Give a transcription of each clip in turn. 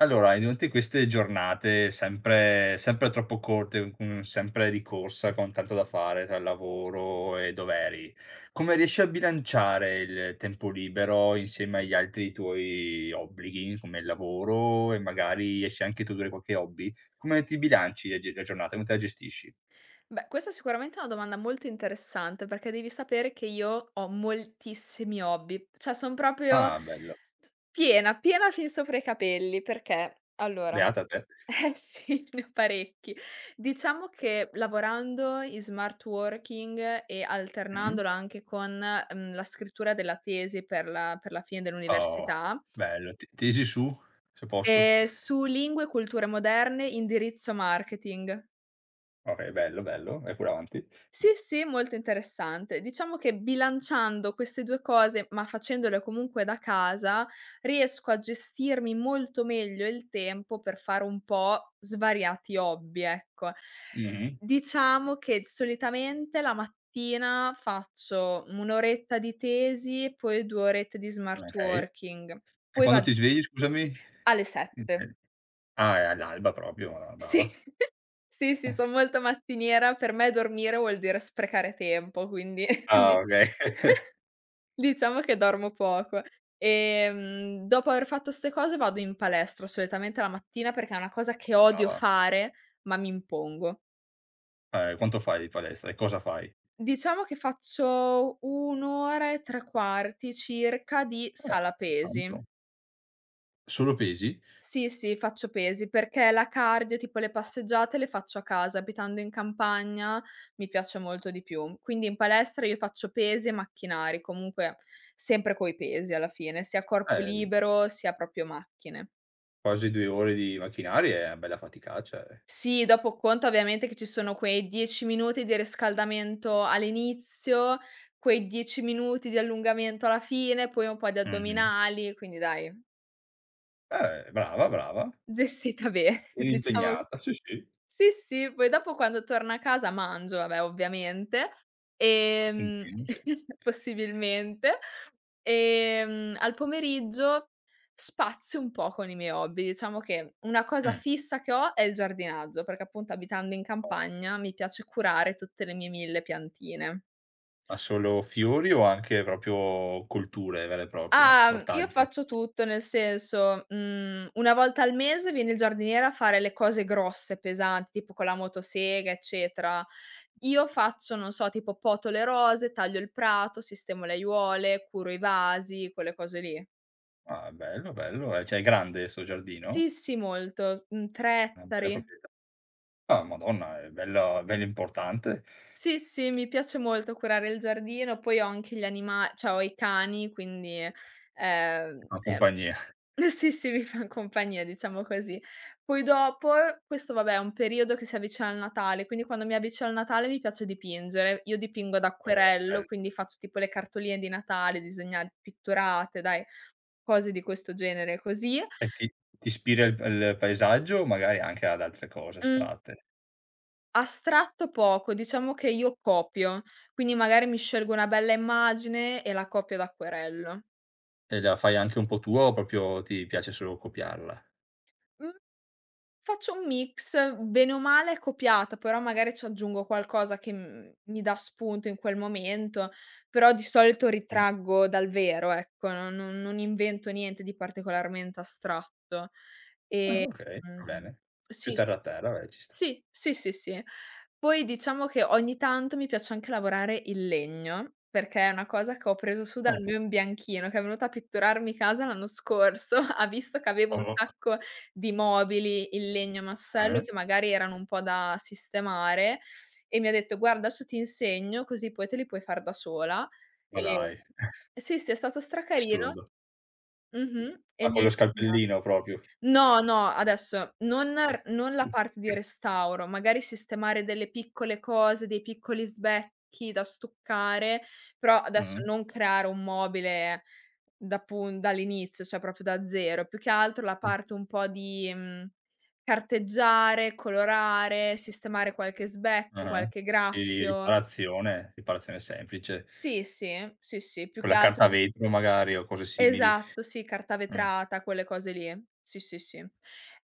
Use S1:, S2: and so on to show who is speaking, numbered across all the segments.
S1: Allora, in tutte queste giornate sempre troppo corte, sempre di corsa con tanto da fare tra lavoro e doveri, come riesci a bilanciare il tempo libero insieme agli altri tuoi obblighi, come il lavoro e magari riesci anche tu ad avere qualche hobby? Come ti bilanci la gi la giornata, come te la gestisci?
S2: Beh, questa sicuramente è sicuramente una domanda molto interessante perché devi sapere che io ho moltissimi hobby, cioè son proprio
S1: Ah, bello,
S2: piena, piena fin sopra i capelli perché allora
S1: beata te.
S2: eh sì, ne ho parecchi. Diciamo che lavorando in smart working e
S1: Mh.
S2: alternandolo anche con, la scrittura della tesi per la fine
S1: Oh,
S2: dell'università,
S1: bello. T Tesi su, se posso.
S2: su lingue e culture moderne, indirizzo marketing.
S1: Okay, bello, bello. Vai pure avanti.
S2: Sì, sì, molto interessante. Diciamo che bilanciando queste 2 cose, ma facendole comunque da casa, riesco a gestirmi molto meglio il tempo per fare un po' svariati hobby, ecco.
S1: Mh-mh.
S2: Diciamo che solitamente la mattina faccio 1 oretta di tesi, poi 2 orette di smart
S1: Okay.
S2: working,
S1: E
S2: poi
S1: quando
S2: vad
S1: ti svegli, scusami?
S2: alle 7.
S1: Mh-mh. Ah, è all'alba proprio, ah,
S2: Sì,
S1: brava.
S2: sì, sì, son molto mattiniera. Per me dormire vuol dire sprecare tempo, quindi
S1: Ah, okay,
S2: diciamo che dormo poco. Dopo aver fatto 'ste cose vado in palestra solitamente la mattina perché è una cosa che odio
S1: brava.
S2: fare, ma mi impongo.
S1: Quanto fai di palestra e cosa fai?
S2: Diciamo che faccio 1 ora e 3/4 circa di
S1: Ah,
S2: sala pesi.
S1: tanto. Solo pesi?
S2: Sì, sì, faccio pesi perché la cardio, tipo le passeggiate, le faccio a casa. Abitando in campagna mi piace molto di più. Quindi in palestra io faccio pesi e macchinari, comunque sempre coi pesi alla fine, sia corpo
S1: Eh,
S2: libero sia proprio macchine.
S1: quasi 2 ore di macchinari è una bella faticaccia, eh.
S2: Sì, dopo conta ovviamente che ci sono quei 10 minuti di riscaldamento all'inizio, quei 10 minuti di allungamento alla fine, poi un po' di
S1: Mh-mh.
S2: addominali, quindi dai,
S1: Brava, brava.
S2: gestita bene,
S1: E
S2: diciamo
S1: impegnata, sì, sì.
S2: sì, sì. Poi dopo quando torno a casa mangio, vabbè ovviamente, ehm,
S1: Spuntino. Sì.
S2: possibilmente, al pomeriggio spazio un po' con i miei hobby. Diciamo che una cosa
S1: Mh.
S2: fissa che ho è il giardinaggio, perché appunto abitando in
S1: O
S2: campagna mi piace curare tutte le mie 1000 piantine.
S1: Ma solo fiori o anche proprio colture vere e proprie,
S2: Ah, io
S1: ortaggi?
S2: faccio tutto, nel senso, una volta al mese viene il giardiniere a fare le cose grosse, pesanti, tipo con la motosega, eccetera. Io faccio, non so, tipo poto le rose, taglio il prato, sistemo le aiuole, curo i vasi, quelle cose lì.
S1: Ah, bello, bello, eh. Cioè è grande 'sto giardino?
S2: Sì, sì, molto, 3
S1: Una bella
S2: ettari.
S1: proprie Ah, madonna, è bella importante,
S2: Sì, sì, mi piace molto curare il giardino, poi ho anche gli anima cioè ho i cani, quindi, è
S1: una compagnia.
S2: eh sì, sì, mi fan compagnia, diciamo così. Poi dopo questo vabbè è un periodo che si avvicina al Natale, quindi quando mi avvicino al Natale mi piace dipingere. Io dipingo ad
S1: Oh,
S2: acquerello,
S1: bello.
S2: quindi faccio tipo le cartoline di Natale disegna pitturate, dai, cose di questo genere così.
S1: E ti ispira il paesaggio, magari anche ad altre cose
S2: Mhmm,
S1: astratte.
S2: Astratto poco, diciamo che io copio, quindi magari mi scelgo una bella immagine e la copio ad acquerello.
S1: E la fai anche un po' tua o proprio ti piace solo copiarla?
S2: Mh. Faccio un mix, bene o male copiata, però magari ci aggiungo qualcosa che, mi dà spunto in quel momento, però di solito
S1: Mh.
S2: ritraggo dal vero, ecco, non invento niente di particolarmente astratto.
S1: Ah, okay, va
S2: Mhmm,
S1: bene. Più
S2: sì, s
S1: terra a terra, beh, ci sta.
S2: sì, sì, sì, sì. Poi diciamo che ogni tanto mi piace anche lavorare il legno, perché è una cosa che ho preso su
S1: Oh,
S2: dal mio imbianchino, che è venuto a pitturarmi casa l'anno scorso. Ha visto che avevo un
S1: oh,
S2: sacco di mobili in legno massello
S1: eh?
S2: che magari erano un po' da sistemare e mi ha detto: "Guarda, adesso ti insegno così poi te li puoi far da sola".
S1: Ma
S2: E
S1: dai,
S2: sì, sì, è stato stracarino.
S1: assurdo.
S2: Mh-mh. E
S1: Ma
S2: mi
S1: con
S2: ha
S1: lo
S2: insegna
S1: scalpellino proprio.
S2: No, no, adesso non la parte di restauro, magari sistemare delle piccole cose, dei piccoli sbecchi da stoccare, però adesso
S1: Mh.
S2: non creare un mobile da pun dall'inizio, cioè proprio da zero, più che altro la parte un po' di, carteggiare, colorare, sistemare qualche sbecco,
S1: Ah-ah.
S2: qualche
S1: Sì,
S2: graffio.
S1: riparazione, riparazione semplice,
S2: Sì, sì, sì, sì, più
S1: con
S2: che
S1: la carta
S2: altro.
S1: vetro magari o cose simili.
S2: Esatto, sì, carta
S1: Mh.
S2: vetrata, quelle cose lì. Sì, sì, sì.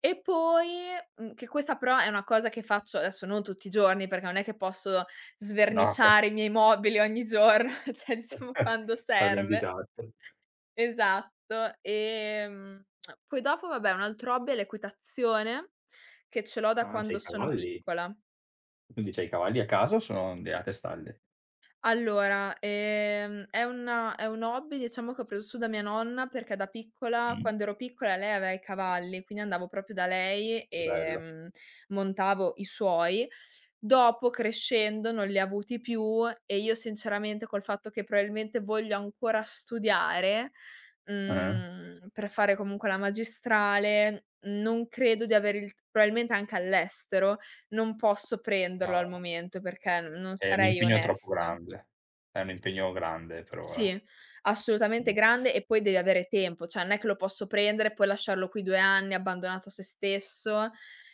S2: E poi, che questa però è una cosa che faccio adesso non tutti i giorni, perché non è che posso
S1: No,
S2: sverniciare i miei mobili ogni giorno, cioè diciamo quando
S1: sarebbe un
S2: serve.
S1: disastro.
S2: Esatto. Ehm, Poi dopo vabbè un altro hobby è l'equitazione, che ce l'ho da
S1: Ah, c'hai
S2: quando
S1: i
S2: sono
S1: cavalli?
S2: piccola.
S1: Quindi c'hai i cavalli a casa o sono de a testalle?
S2: Allora, è un hobby diciamo che ho preso su da mia nonna perché da piccola
S1: Mh,
S2: quando ero piccola lei aveva i cavalli, quindi andavo proprio da lei,
S1: che bello.
S2: montavo i suoi. Dopo crescendo non li ha avuti più e io sinceramente col fatto che probabilmente voglio ancora studiare,
S1: Ah-ah.
S2: per fare comunque la magistrale, non credo di avere il probabilmente anche all'estero, non posso prenderlo al
S1: Ah,
S2: momento perché non
S1: è un
S2: sarei
S1: impegno troppo
S2: onesta.
S1: grande. È un impegno grande per ora.
S2: Sì, assolutamente
S1: Mh.
S2: grande e poi devi avere tempo, cioè non è che lo posso prendere e poi lasciarlo qui 2 anni abbandonato a se stesso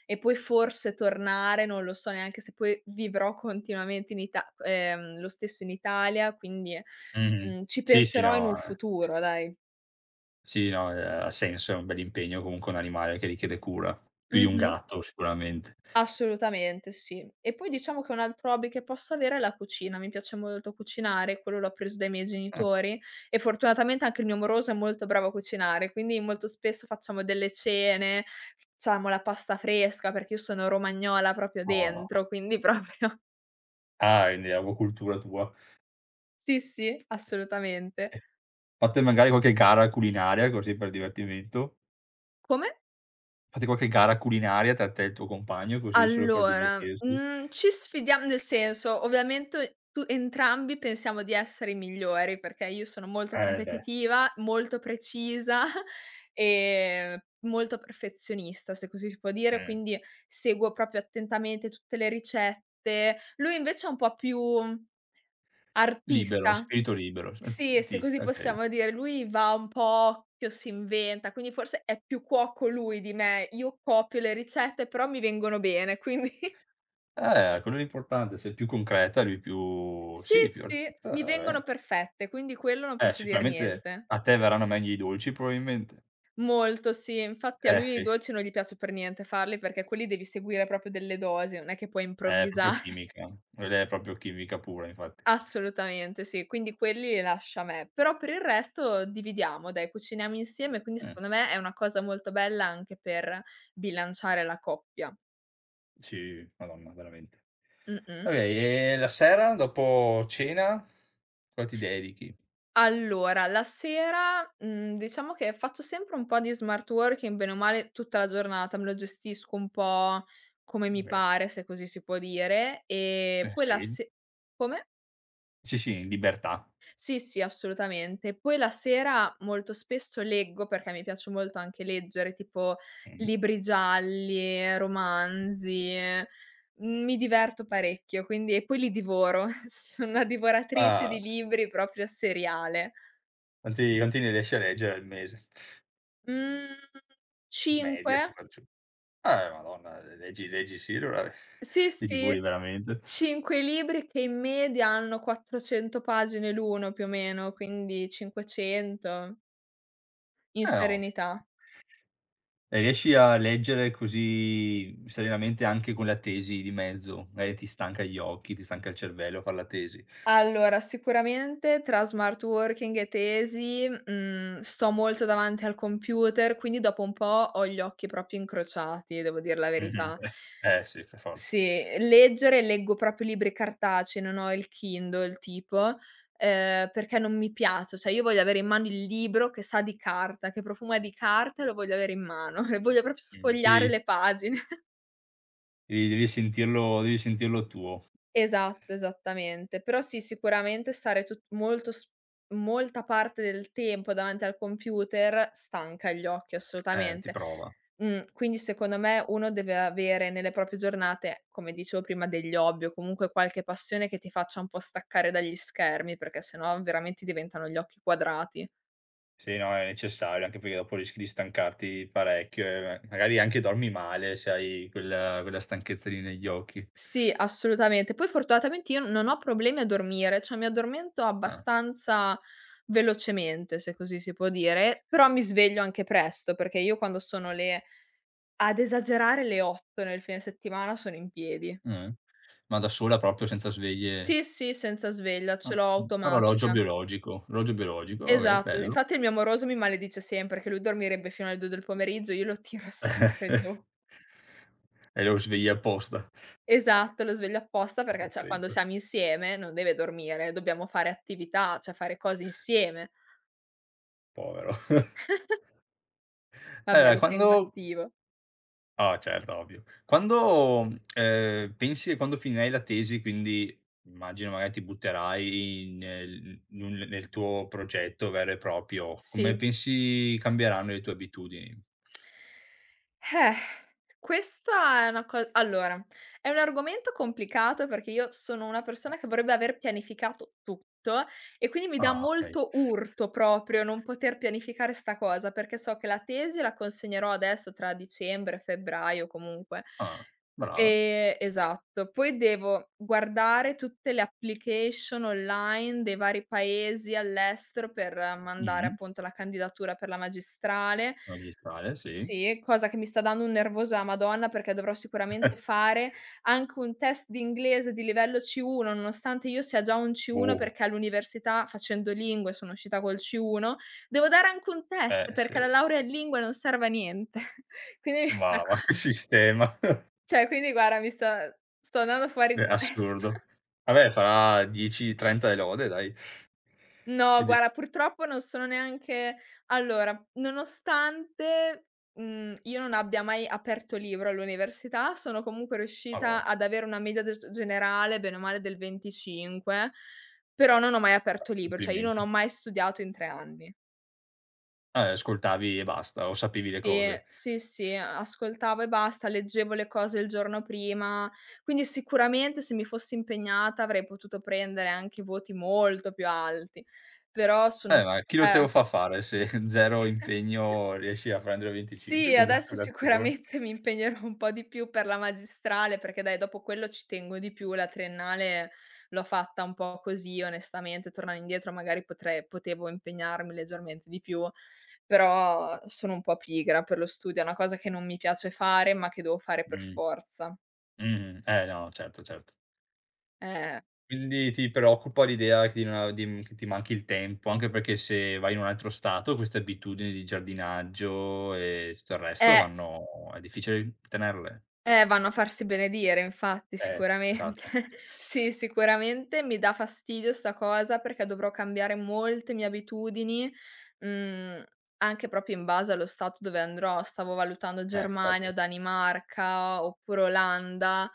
S2: e poi forse tornare, non lo so neanche se poi vivrò continuamente in Ita lo stesso in Italia, quindi,
S1: Mh-mh.
S2: ci
S1: Sì, sì,
S2: penserò in un
S1: no, eh.
S2: futuro, dai.
S1: Sì, no, ha senso, è un bell'impegno, comunque un animale che richiede cura, più di un
S2: Mh-mh.
S1: gatto sicuramente.
S2: Assolutamente sì. E poi diciamo che un altro hobby che posso avere è la cucina. Mi piace molto cucinare, quello l'ho preso dai miei
S1: Ah,
S2: genitori e fortunatamente anche il mio moroso è molto bravo a cucinare, quindi molto spesso facciamo delle cene, facciamo la pasta fresca perché io sono romagnola proprio
S1: no.
S2: dentro, quindi proprio
S1: Ah, quindi è proprio cultura tua.
S2: sì, sì, assolutamente.
S1: E fate magari qualche gara culinaria così per divertimento?
S2: Come?
S1: Fate qualche gara culinaria tra te e il tuo compagno, così solo per
S2: Allora,
S1: divertirsi?
S2: mhmm, ci sfidiam nel senso, ovviamente tu entrambi pensiamo di essere i migliori, perché io sono molto
S1: Eh beh,
S2: competitiva, molto precisa e molto perfezionista, se così si può dire,
S1: mh.
S2: quindi seguo proprio attentamente tutte le ricette. Lui invece è un po' più
S1: Libero,
S2: artista.
S1: spirito libero, s
S2: Sì, se così
S1: artista, okay.
S2: possiamo dire, lui va un po' a occhio, si inventa, quindi forse è più cuoco lui di me. Io copio le ricette, però mi vengono bene, quindi
S1: Quello è l'importante, sei più concreta, lui più
S2: sì,
S1: sì, più
S2: sì,
S1: artista,
S2: mi
S1: va
S2: vengono
S1: bene.
S2: perfette, quindi quello non posso dir
S1: Sicuramente
S2: niente.
S1: a te verranno meglio i dolci probabilmente.
S2: Molto sì, infatti a
S1: Eh
S2: lui i
S1: sì,
S2: dolci non gli piace per niente farli, perché quelli devi seguire proprio delle dosi, non è che puoi
S1: è proprio
S2: improvvisare.
S1: chimica, quella è proprio chimica pura infatti.
S2: Assolutamente sì, quindi quelli li lascia a me. Però per il resto dividiamo, dai, cuciniamo insieme, quindi
S1: Mh,
S2: secondo me è una cosa molto bella anche per bilanciare la coppia.
S1: sì, madonna veramente.
S2: Mh-mh.
S1: Okay, e la sera dopo cena, cosa ti dedichi?
S2: Allora, la sera, diciamo che faccio sempre un po' di smart working, bene o male tutta la giornata, me lo gestisco un po' come mi
S1: Okay.
S2: pare, se così si può dire, e
S1: Eh
S2: poi la
S1: sì.
S2: se come?
S1: Sì, sì, in libertà.
S2: Sì, sì, assolutamente. Poi la sera molto spesso leggo, perché mi piace molto anche leggere, tipo
S1: Mh.
S2: libri gialli, romanzi, mi diverto parecchio, quindi e poi li divoro. Sono una divoratrice
S1: Ah,
S2: di libri proprio seriale.
S1: quanti ne riesci a leggere al mese?
S2: Mhmm, 5?
S1: Media che fai giù. Madonna, le leggi sì, allora
S2: Sì,
S1: li
S2: sì,
S1: divori veramente.
S2: 5 libri che in media hanno 400 pagine l'uno più o meno, quindi 500 in
S1: No.
S2: serenità.
S1: E riesci a leggere così serenamente anche con la tesi di mezzo? Magari ti stanca gli occhi, ti stanca il cervello far la tesi.
S2: Allora, sicuramente tra smart working e tesi, sto molto davanti al computer, quindi dopo un po' ho gli occhi proprio incrociati, devo dir la
S1: Mh-mh.
S2: verità.
S1: Eh sì, per forza.
S2: Sì, leggere leggo proprio libri cartacei, non ho il Kindle tipo, perché non mi piace, cioè io voglio avere in mano il libro che sa di carta, che profuma di carta e lo voglio avere in mano e voglio proprio
S1: Mh.
S2: sfogliare
S1: Sì,
S2: le pagine.
S1: devi sentirlo, devi sentirlo tuo.
S2: Esatto, esattamente. Però sì, sicuramente stare tut molto s molta parte del tempo davanti al computer stanca gli occhi,
S1: Ti
S2: assolutamente.
S1: prova.
S2: Quindi secondo me uno deve avere nelle proprie giornate, come dicevo prima, degli hobby o comunque qualche passione che ti faccia un po' staccare dagli schermi, perché se no veramente diventano gli occhi quadrati.
S1: Sì, no, è necessario, anche perché dopo rischi di stancarti parecchio e ma magari anche dormi male se hai quella stanchezza lì negli occhi.
S2: Sì, assolutamente. Poi fortunatamente io non ho problemi a dormire, cioè mi addormento
S1: Ah,
S2: abbastanza velocemente, se così si può dire, però mi sveglio anche presto, perché io quando sono le ad esagerare le 8 nel fine settimana sono in piedi.
S1: mh. Ma da sola proprio senza sveglie?
S2: Sì, sì, senza sveglia, ce
S1: Ah,
S2: l'ho automatica.
S1: orologio biologico, okay,
S2: Esatto,
S1: bello.
S2: infatti il mio amoroso mi maledice sempre che lui dormirebbe fino alle 2 del pomeriggio, io lo tiro sempre
S1: Mh.
S2: giù.
S1: E lo svegli apposta.
S2: Esatto, lo sveglio apposta perché, cioè, quando
S1: Poveretto,
S2: siamo insieme non deve dormire, dobbiamo fare attività, cioè fare cose insieme.
S1: povero.
S2: Vabbè, lo tengo
S1: Quando.
S2: attivo.
S1: Oh certo, ovvio. Quando, pensi che quando finirai la tesi, quindi immagino magari ti butterai nel in un nel tuo progetto vero e proprio, come
S2: Sì,
S1: pensi cambieranno le tue abitudini?
S2: Eh, questa è una co allora, è un argomento complicato perché io sono una
S1: Beh.
S2: persona che vorrebbe aver pianificato tutto e quindi mi dà
S1: Ah, okay.
S2: molto urto proprio non poter pianificare 'sta cosa, perché so che la tesi la consegnerò adesso tra dicembre e febbraio comunque.
S1: Ah, brava.
S2: Esatto, poi devo guardare tutte le application online dei vari paesi all'estero per mandare
S1: Mh-mh.
S2: appunto la candidatura per la magistrale
S1: Magistrale, sì.
S2: sì, cosa che mi sta dando un nervoso a Madonna, perché dovrò sicuramente fare anche un test di inglese di livello C1, nonostante io sia già un C1
S1: Uh,
S2: perché all'università facendo lingue sono uscita col C1, devo dare anche un test
S1: eh sì.
S2: perché la laurea in lingue non serve a niente. Quindi mi sta
S1: Mamma
S2: qua
S1: che sistema.
S2: cioè quindi guarda mi sta sto andando fuori
S1: È
S2: di testa.
S1: assurdo. Vabbè farà 10, 30 e lode dai.
S2: No,
S1: Quindi
S2: guarda, purtroppo non sono neanche allora, nonostante, io non abbia mai aperto libro all'università, sono comunque riuscita
S1: madò,
S2: ad avere una media des generale, bene o male, del 25, però non ho mai aperto libro, cioè io non
S1: complimenti.
S2: ho mai studiato in 3 anni.
S1: Ascoltavi e basta, o sapevi le
S2: Sì,
S1: cose.
S2: sì, sì, ascoltavo e basta, leggevo le cose il giorno prima, quindi sicuramente se mi fossi impegnata avrei potuto prendere anche voti molto più alti, però sono
S1: Ma chi lo te lo
S2: eh.
S1: fa fare se 0 impegno riesci a prendere 25?
S2: Sì, adesso
S1: Congratulazioni.
S2: sicuramente mi impegnerò un po' di più per la magistrale, perché dai, dopo quello ci tengo di più. La triennale l'ho fatta un po' così, onestamente, tornando indietro magari potrei potevo impegnarmi leggermente di più, però sono un po' pigra per lo studio, è una cosa che non mi piace fare, ma che devo fare per
S1: Mh,
S2: forza.
S1: eh no, certo, certo.
S2: Eh,
S1: Quindi ti preoccupa l'idea che, di non di che ti manchi il tempo, anche perché se vai in un altro stato queste abitudini di giardinaggio e tutto il resto
S2: eh
S1: vanno, è difficile tenerle.
S2: Vanno a farsi benedire infatti,
S1: Eh, esatto.
S2: sicuramente. Sì, sicuramente mi dà fastidio sta cosa perché dovrò cambiare molte mie abitudini, mhmm, anche proprio in base allo stato dove andrò. Stavo valutando Germania o
S1: Infatti.
S2: Danimarca oppure Olanda,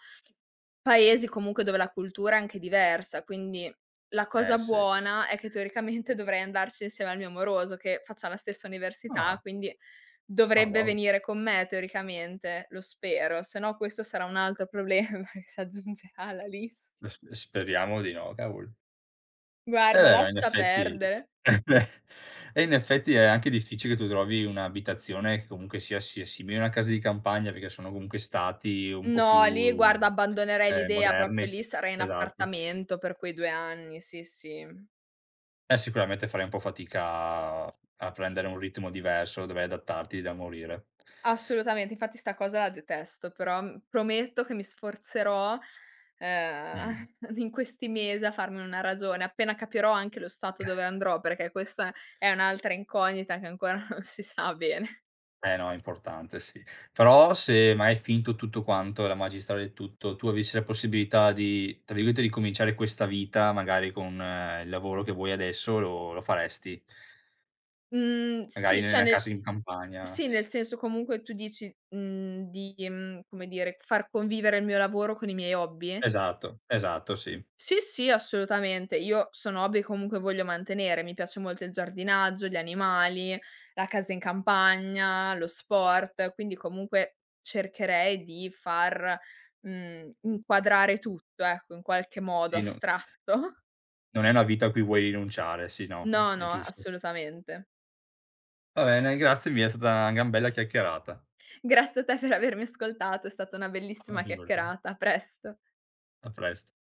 S2: paesi comunque dove la cultura è anche diversa, quindi la
S1: Eh
S2: cosa
S1: sì.
S2: buona è che teoricamente dovrei andarci insieme al mio amoroso che faccia la stessa università,
S1: Ah,
S2: quindi
S1: ah
S2: dovrebbe
S1: wow.
S2: venire con me teoricamente, lo spero, se no questo sarà un altro problema che si aggiungerà alla list
S1: S speriamo di no, cavolo. Eh
S2: Guarda,
S1: beh, ma in
S2: lascia
S1: effetti
S2: perdere.
S1: e in effetti è anche difficile che tu trovi un'abitazione che comunque sia simile a una casa di campagna, perché sono comunque stati un po' più,
S2: No, lì guarda abbandonerei l'idea, proprio
S1: moderni.
S2: lì sarei in
S1: Esatto.
S2: appartamento per quei 2 anni, sì, sì.
S1: Sicuramente farei un po' fatica a prendere un ritmo diverso, dovrei adattarti da morire.
S2: Assolutamente, infatti sta cosa la detesto, però, prometto che mi sforzerò,
S1: Mh.
S2: in questi mesi a farmene una ragione, appena capirò anche lo stato dove andrò, perché questa è un'altra incognita che ancora non si sa bene.
S1: Eh no, è importante sì. Però se ma hai finto tutto quanto, la magistrale e tutto, tu avessi la possibilità di, tra virgolette, "ricominciare questa vita" magari con il lavoro che vuoi adesso, lo faresti?
S2: Mhmm,
S1: Magari
S2: sì, cioè
S1: nella
S2: nel
S1: casa in campagna.
S2: sì, nel senso comunque tu dici, di, come dire, far convivere il mio lavoro con i miei hobby?
S1: Esatto, esatto, sì.
S2: Sì, sì, assolutamente. Io sono hobby che comunque voglio mantenere. Mi piace molto il giardinaggio, gli animali, la casa in campagna, lo sport, quindi comunque cercherei di far, inquadrare tutto, ecco, in qualche modo
S1: Sì, no,
S2: astratto.
S1: non è una vita a cui vuoi rinunciare, sì, no,
S2: No,
S1: è
S2: no,
S1: giusto.
S2: assolutamente.
S1: Va bene, grazie mille, è stata una gran bella chiacchierata.
S2: Grazie a te per avermi ascoltato, è stata una
S1: Ma
S2: bellissima
S1: figurati,
S2: chiacchierata. A presto.
S1: a prest